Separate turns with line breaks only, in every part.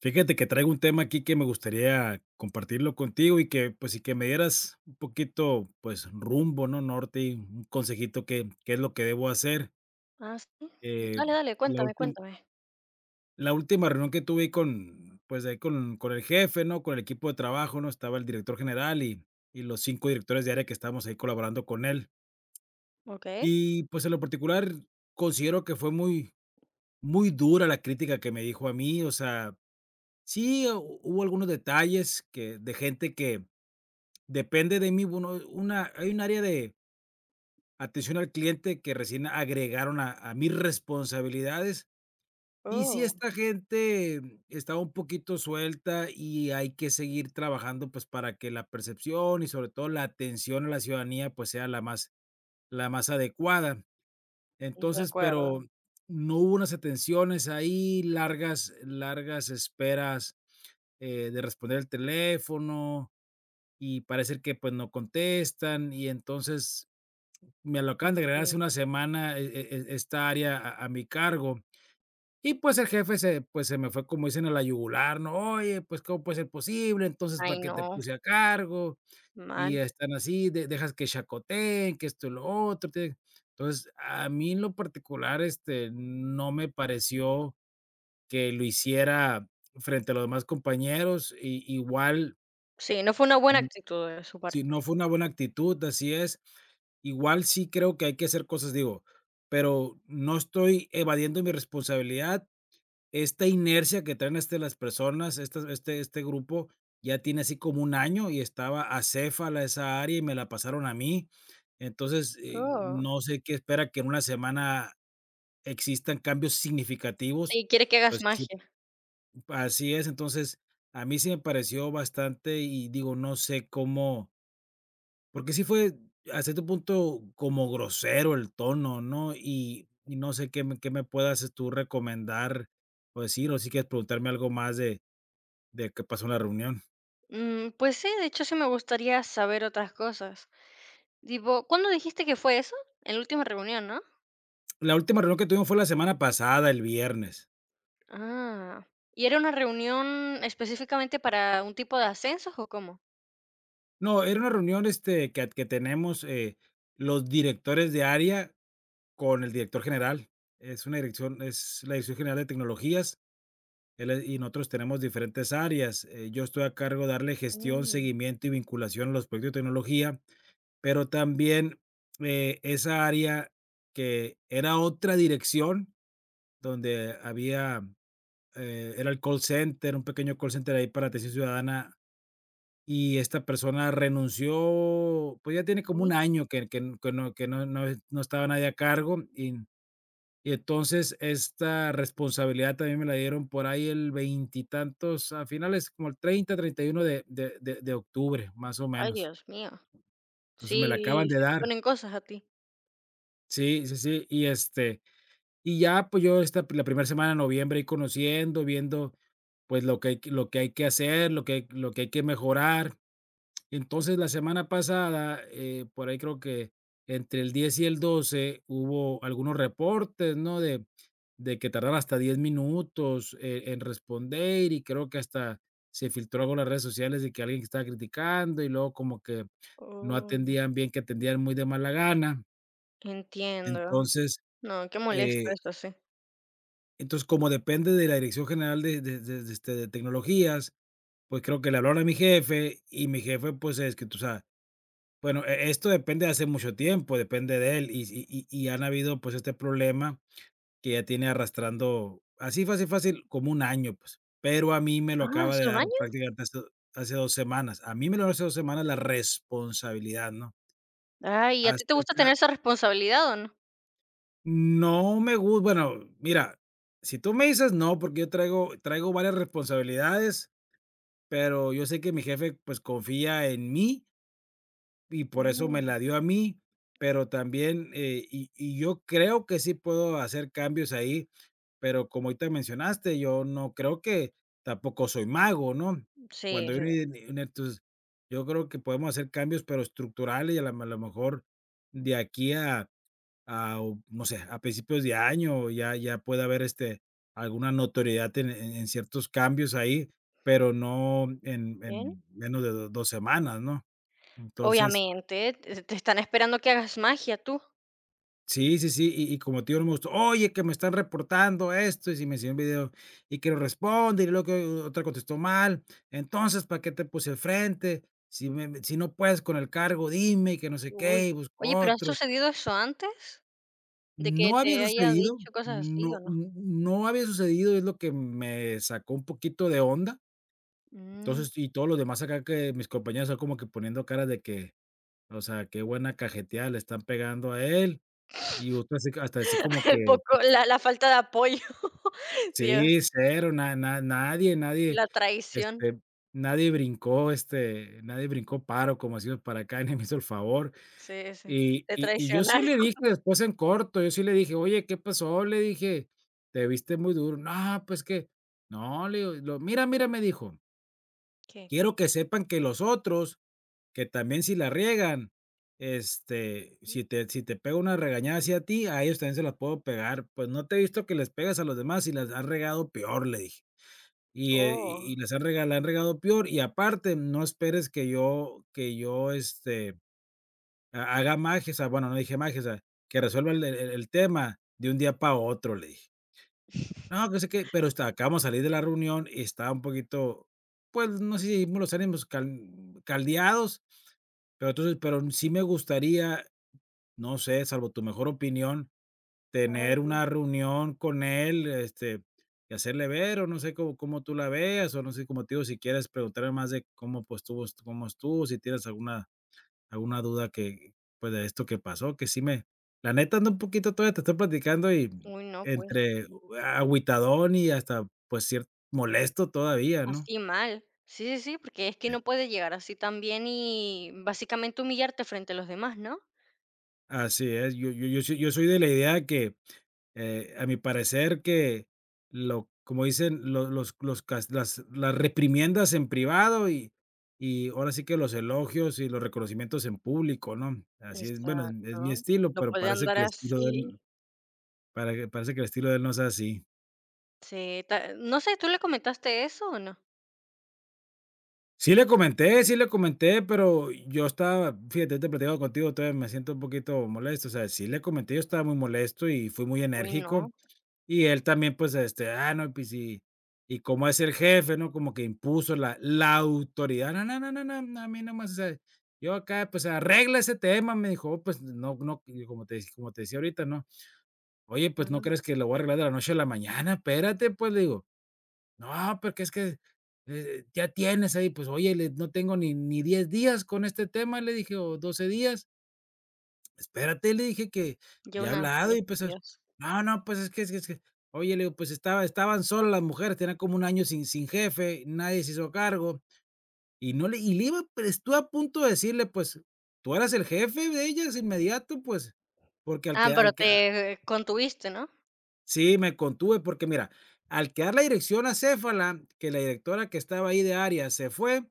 Fíjate que traigo un tema aquí que me gustaría compartirlo contigo y y que me dieras un poquito, pues, rumbo, ¿no? Norte y un consejito que, qué es lo que debo hacer.
Ah, sí.
Eh,
Dale, dale,
la
cuéntame,
última,
cuéntame.
la última reunión que tuve ahí ahí con el jefe, ¿no? Con el equipo de trabajo, ¿no? Estaba el director general y los cinco directores de área que estábamos ahí colaborando con él.
¿Ok?
Y, pues, en lo particular, considero que muy dura la crítica que me dijo a mí. O sea, sí, hubo algunos detalles que, de gente que depende de mí. Bueno, una hay un área de atención al cliente que recién agregaron a mis responsabilidades, y si
Oh,
esta gente está un poquito suelta y hay que seguir trabajando, pues, para que la percepción y sobre todo la atención a la ciudadanía, pues, sea la más adecuada.
de
Entonces,
acuerdo.
pero no hubo unas atenciones ahí, largas esperas, de responder el teléfono, y parece que, pues, no contestan, y entonces me lo acaban de agregar hace
Sí.
una semana, esta área a mi cargo. Y, pues, el jefe se pues, se me fue, como dicen, a la yugular, ¿no? "Oye, pues, ¿cómo puede ser posible? Entonces,
Ay,
¿para qué te
no,
puse a cargo?
mal.
Y están así, de dejas que chacoteen, que esto y lo otro". Te Entonces, a mí en lo particular, este, no me pareció que lo hiciera frente a los demás compañeros. Y igual
Sí, no fue una buena actitud de su
sí,
parte.
no fue una buena actitud, así es. Igual sí creo que hay que hacer cosas, digo, pero no estoy evadiendo mi responsabilidad. Esta inercia que traen este, las personas, este grupo, ya tiene así como un año y estaba acéfala esa área y me la pasaron a mí. Entonces,
Oh.
no sé qué espera que en una semana existan cambios significativos.
Sí, quiere que hagas
Pues sí,
magia.
así es. Entonces, a mí sí me pareció bastante y digo, no sé cómo porque sí fue a cierto punto como grosero el tono, ¿no? Y no sé qué me puedas este, tú recomendar o decir, o si quieres preguntarme algo más de qué pasó en la reunión.
Mm, pues sí, de hecho, sí me gustaría saber otras cosas. Tipo, ¿cuándo dijiste que fue eso? En la última reunión, ¿no?
La última reunión que tuvimos fue la semana pasada, el viernes.
Ah, ¿y era una reunión específicamente para un tipo de ascensos o cómo?
No, era una reunión, este, que tenemos, los directores de área con el director general. Es la Dirección General de Tecnologías, él es y nosotros tenemos diferentes áreas. Yo estoy a cargo de darle gestión,
Mm,
seguimiento y vinculación a los proyectos de tecnología. Pero también, esa área que era otra dirección donde había, era el call center, un pequeño call center ahí para atención ciudadana, y esta persona renunció, pues, ya tiene como un
sí.
año que no, que no estaba nadie a cargo, y entonces esta responsabilidad también me la dieron por ahí el veintitantos, a finales como el 30, 31 de octubre, más o
Ay,
menos.
Dios mío.
Entonces, me la acaban
Sí,
de
sí te
dar.
ponen cosas a ti.
Sí, sí, sí, y, este, y ya, pues, yo esta la primera semana de noviembre ir conociendo, viendo, pues, lo que hay que hacer, lo que hay que mejorar. Entonces, la semana pasada, por ahí creo que entre el 10 y el 12 hubo algunos reportes, ¿no? De que tardaron hasta 10 minutos, en responder, y creo que hasta se filtró algo en las redes sociales de que alguien que estaba criticando, y luego como que no
Oh,
atendían bien, que atendían muy de mala gana.
entiendo.
Entonces,
No, qué molesto
eh
eso, sí.
entonces, como depende de la Dirección General de este, de tecnologías, pues, creo que le hablaron a mi jefe, y mi jefe, pues, es que tú sabes bueno, esto depende de hace mucho tiempo, depende de él, y si y y han habido, pues, este problema que ya tiene arrastrando, así fácil, como un año, pues, pero a mí me lo
Ah,
acaba de
¿hace un
dar
año?
prácticamente hace 2 semanas. A mí me lo dio hace 2 semanas la responsabilidad, ¿no?
Ay, ¿a ti te
Hasta
gusta
acá
tener esa responsabilidad o no?
no me gusta bueno, mira, si tú me dices no, porque yo traigo varias responsabilidades. Pero yo sé que mi jefe, pues, confía en mí y por eso me
Mm,
la dio a mí, pero también, y yo creo que sí puedo hacer cambios ahí, pero como ahorita mencionaste, yo no creo que tampoco soy mago, ¿no?
sí,
Cuando yo
sí,
entonces yo creo que podemos hacer cambios, pero estructurales y a la a lo mejor de aquí a ah, o no sé, a principios de año ya puede haber, este, alguna notoriedad en ciertos cambios ahí, pero no en
bien.
menos de do dos semanas, ¿no? Entonces,
Obviamente, te te están esperando que hagas magia tú.
sí, sí, sí, y como tío no me gustó: "Oye, que me están reportando esto", y si me enseñó un video y que no responde, y luego que otra contestó mal. "Entonces, ¿para qué te puse al frente? Si me me si no puedes con el cargo, dime", y que no sé
Uy.
qué, y busco
Oye, ¿pero ha
otro.
sucedido eso antes? ¿De que
No había
te haya
sucedido,
dicho cosas así o no?
no había sucedido, es lo que me sacó un poquito de onda.
Mm.
Entonces, y todos los demás acá que mis compañeros están como que poniendo caras de que, o sea, qué buena cajeteada le están pegando a él. Y otro así hasta así como
El
que
poco la falta de apoyo. Dios,
sí, cero, na na nadie, nadie,
la traición.
este, este, nadie brincó paro, como decimos para acá, ni me hizo el favor.
Sí, sí.
Y
Te
y y yo sí
traicionaron.
le dije después en corto, yo sí le dije: "Oye, ¿qué pasó?", le dije: "Te viste muy duro". "No, pues que", "no", le digo, lo "mira, mira", me dijo,
¿Qué, qué?
"quiero que sepan que los otros, que también si la riegan, este, si te pega una regañada hacia ti, a ellos también se las puedo pegar, pues no te he visto que les pegas a los demás y las has regado peor", le dije. "Y, y
Oh.
las has rega han regado peor y aparte no esperes que yo, este ha haga magias, ah, bueno, no dije magias, ah, que resuelva el tema de un día para otro", le dije. No, que no sé qué, pero está acabamos de salir de la reunión y estaba un poquito, pues, no sé si los ánimos caldeados, pero entonces pero sí me gustaría, no sé, salvo tu mejor opinión,
Ay,
tener
Dios.
una reunión con él, este, y hacerle ver, o no sé cómo tú la veas, o no sé, como te digo, si quieres preguntarle más de cómo, pues, estuvo cómo estuvo, si tienes alguna duda que, pues, de esto que pasó, que sí me la neta ando un poquito todavía te estoy platicando y
Uy, no, pues.
entre agüitadón y hasta, pues, cierto molesto todavía, ¿no?
Así mal. Sí, sí, sí, porque es que
Sí.
no puede llegar así tan bien y básicamente humillarte frente a los demás, ¿no?
Así es, yo soy de la idea que, a mi parecer que lo como dicen lo los cas las reprimiendas en privado y ahora sí que los elogios y los reconocimientos en público, ¿no? Así es, bueno, es mi
Exacto.
estilo,
No
pero
puede
parece
andar
que el estilo de
así.
él para que parece que el estilo de él no es así.
Sí, ta- no sé, ¿tú le comentaste eso o no?
Sí le comenté, pero yo estaba, fíjate, ahorita platicando contigo, todavía me siento un poquito molesto, o sea, sí le comenté, yo estaba muy molesto y fui muy
Uy,
enérgico,
no.
y él también, pues, este, ah, no, pues, y como es el jefe, ¿no? Como que impuso la, la autoridad, no, no, no, no, no, no, a mí nomás, o sea, yo acá, pues, arregla ese tema, me dijo, "Oh, pues, no, no, y como te decía ahorita, ¿no? Oye, pues, ¿no
Ah,
crees que lo voy a arreglar de la noche a la mañana? Espérate, pues, le digo. No, porque es que, ya tienes ahí, pues, oye, le no tengo ni 10 días con este tema, le dije, o 12 días. Espérate, le dije que
yo
ya he hablado
nací,
y pues,
Dios.
no, no, pues, es que, oye, le digo, pues, estaban solas las mujeres, tenían como un año sin jefe, nadie se hizo cargo y no le y le iba, pero estuve a punto de decirle, pues, tú eras el jefe de ellas inmediato, pues, porque
Ah, pero
al que
te contuviste, ¿no?
sí, me contuve, porque mira, al quedar la dirección a Céfala que la directora que estaba ahí de área se fue,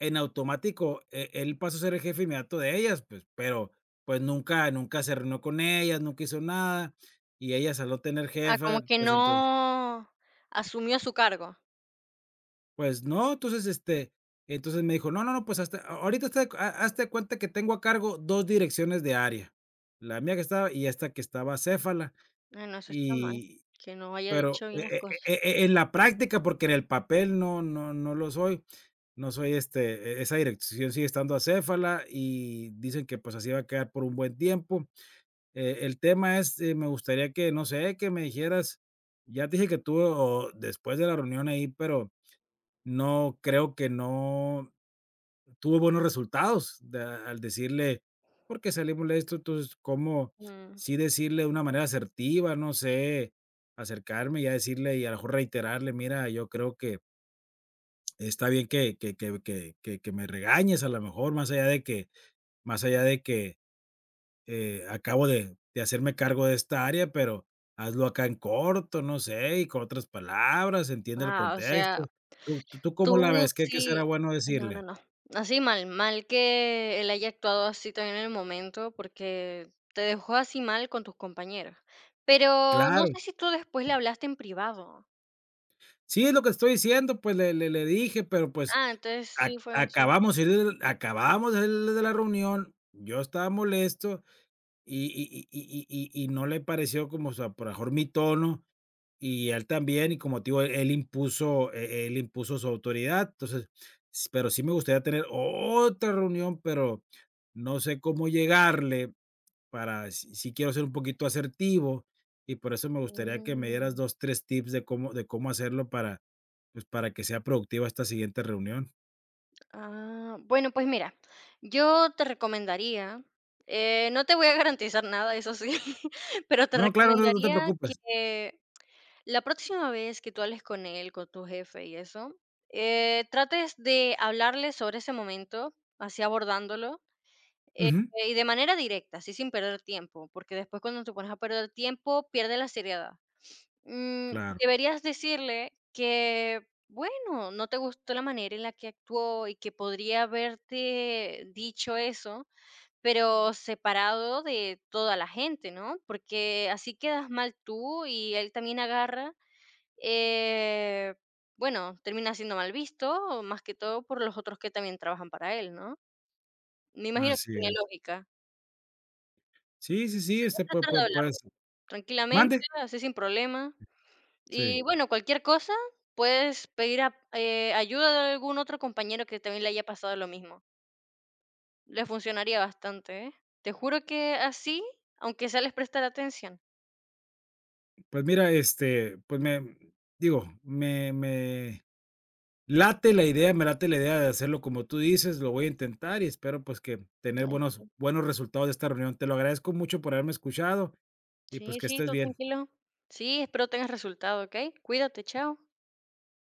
en automático, él pasó a ser el jefe inmediato de ellas, pues, pero, pues, nunca se reunió con ellas, nunca hizo nada, y ellas al no tener
Ah, como
jefa,
que
pues, entonces
no asumió su cargo.
pues no, entonces, este, entonces me dijo: "No, no, no, pues, hasta a ahorita hazte de cuenta que tengo a cargo 2 direcciones de área, la mía que estaba y esta que estaba acéfala",
Ah, no, eso está mal.
y
Que no haya
pero
dicho bien las cosas.
en la práctica, porque en el papel no lo soy, no soy, este, esa dirección sigue estando acéfala y dicen que, pues, así va a quedar por un buen tiempo. El tema es, me gustaría que, no sé, que me dijeras, ya te dije que tuvo después de la reunión ahí, pero no creo que no tuvo buenos resultados de al decirle: porque salimos de esto?". Entonces, ¿cómo
Mm.
sí decirle de una manera asertiva? No sé, acercarme y a decirle y a lo mejor reiterarle: "Mira, yo creo que está bien que me regañes a lo mejor, más allá de que, acabo de hacerme cargo de esta área, pero hazlo acá en corto, no sé, y con otras palabras, entiende el
Ah, o sea,
contexto. ¿ Tú cómo la
tú
ves? ¿ Qué será
sí,
bueno
no, no,
decirle?
no. Así mal, mal que él haya actuado así también en el momento, porque te dejó así mal con tus compañeros. Pero no
Claro.
sé si tú después le hablaste en privado.
Sí, es lo que estoy diciendo, pues, le dije, pero, pues,
Ah, entonces
a
sí fue así.
acabamos de salir de la reunión, yo estaba molesto y no le pareció como, o sea, por lo mejor mi tono. Y él también, y como te digo, él impuso él impuso su autoridad. Entonces, s pero sí me gustaría tener otra reunión, pero no sé cómo llegarle para si sí quiero ser un poquito asertivo, y por eso me gustaría que me dieras
Mm,
2 3 tips de cómo hacerlo para, pues, para que sea productiva esta siguiente reunión.
ah, bueno, pues mira, yo te recomendaría, no te voy a garantizar nada, eso sí, pero te
No, claro, no te
recomendaría
preocupes.
que la próxima vez que tú hables con él, con tu jefe y eso, trates de hablarle sobre ese momento, así abordándolo, eh,
Ujú.
y de manera directa, así sin perder tiempo, porque después cuando te pones a perder tiempo, pierde la seriedad. Mm,
Claro,
deberías decirle que, bueno, no te gustó la manera en la que actuó y que podría haberte dicho eso, pero separado de toda la gente, ¿no? Porque así quedas mal tú y él también agarra, eh, bueno, termina siendo mal visto, más que todo por los otros que también trabajan para él, ¿no? Me imagino que
así
tiene
es.
lógica.
Sí, sí, sí, este,
Tratar de
puede
hablarlo
ser.
tranquilamente,
¿Mande?
así sin problema.
Sí.
Y bueno, cualquier cosa, puedes pedir ayuda de algún otro compañero que también le haya pasado lo mismo. Le funcionaría bastante, ¿eh? Te juro que así, aunque sea les prestar atención.
Pues mira, este, pues me digo, me me late la idea, me late la idea de hacerlo como tú dices, lo voy a intentar y espero pues que tener
Ay, sí,
buenos resultados de esta reunión. Te lo agradezco mucho por haberme escuchado y pues
sí,
que
sí,
estés
tú
bien.
tranquilo. Sí, espero tengas resultado, ¿ok? Cuídate, chao.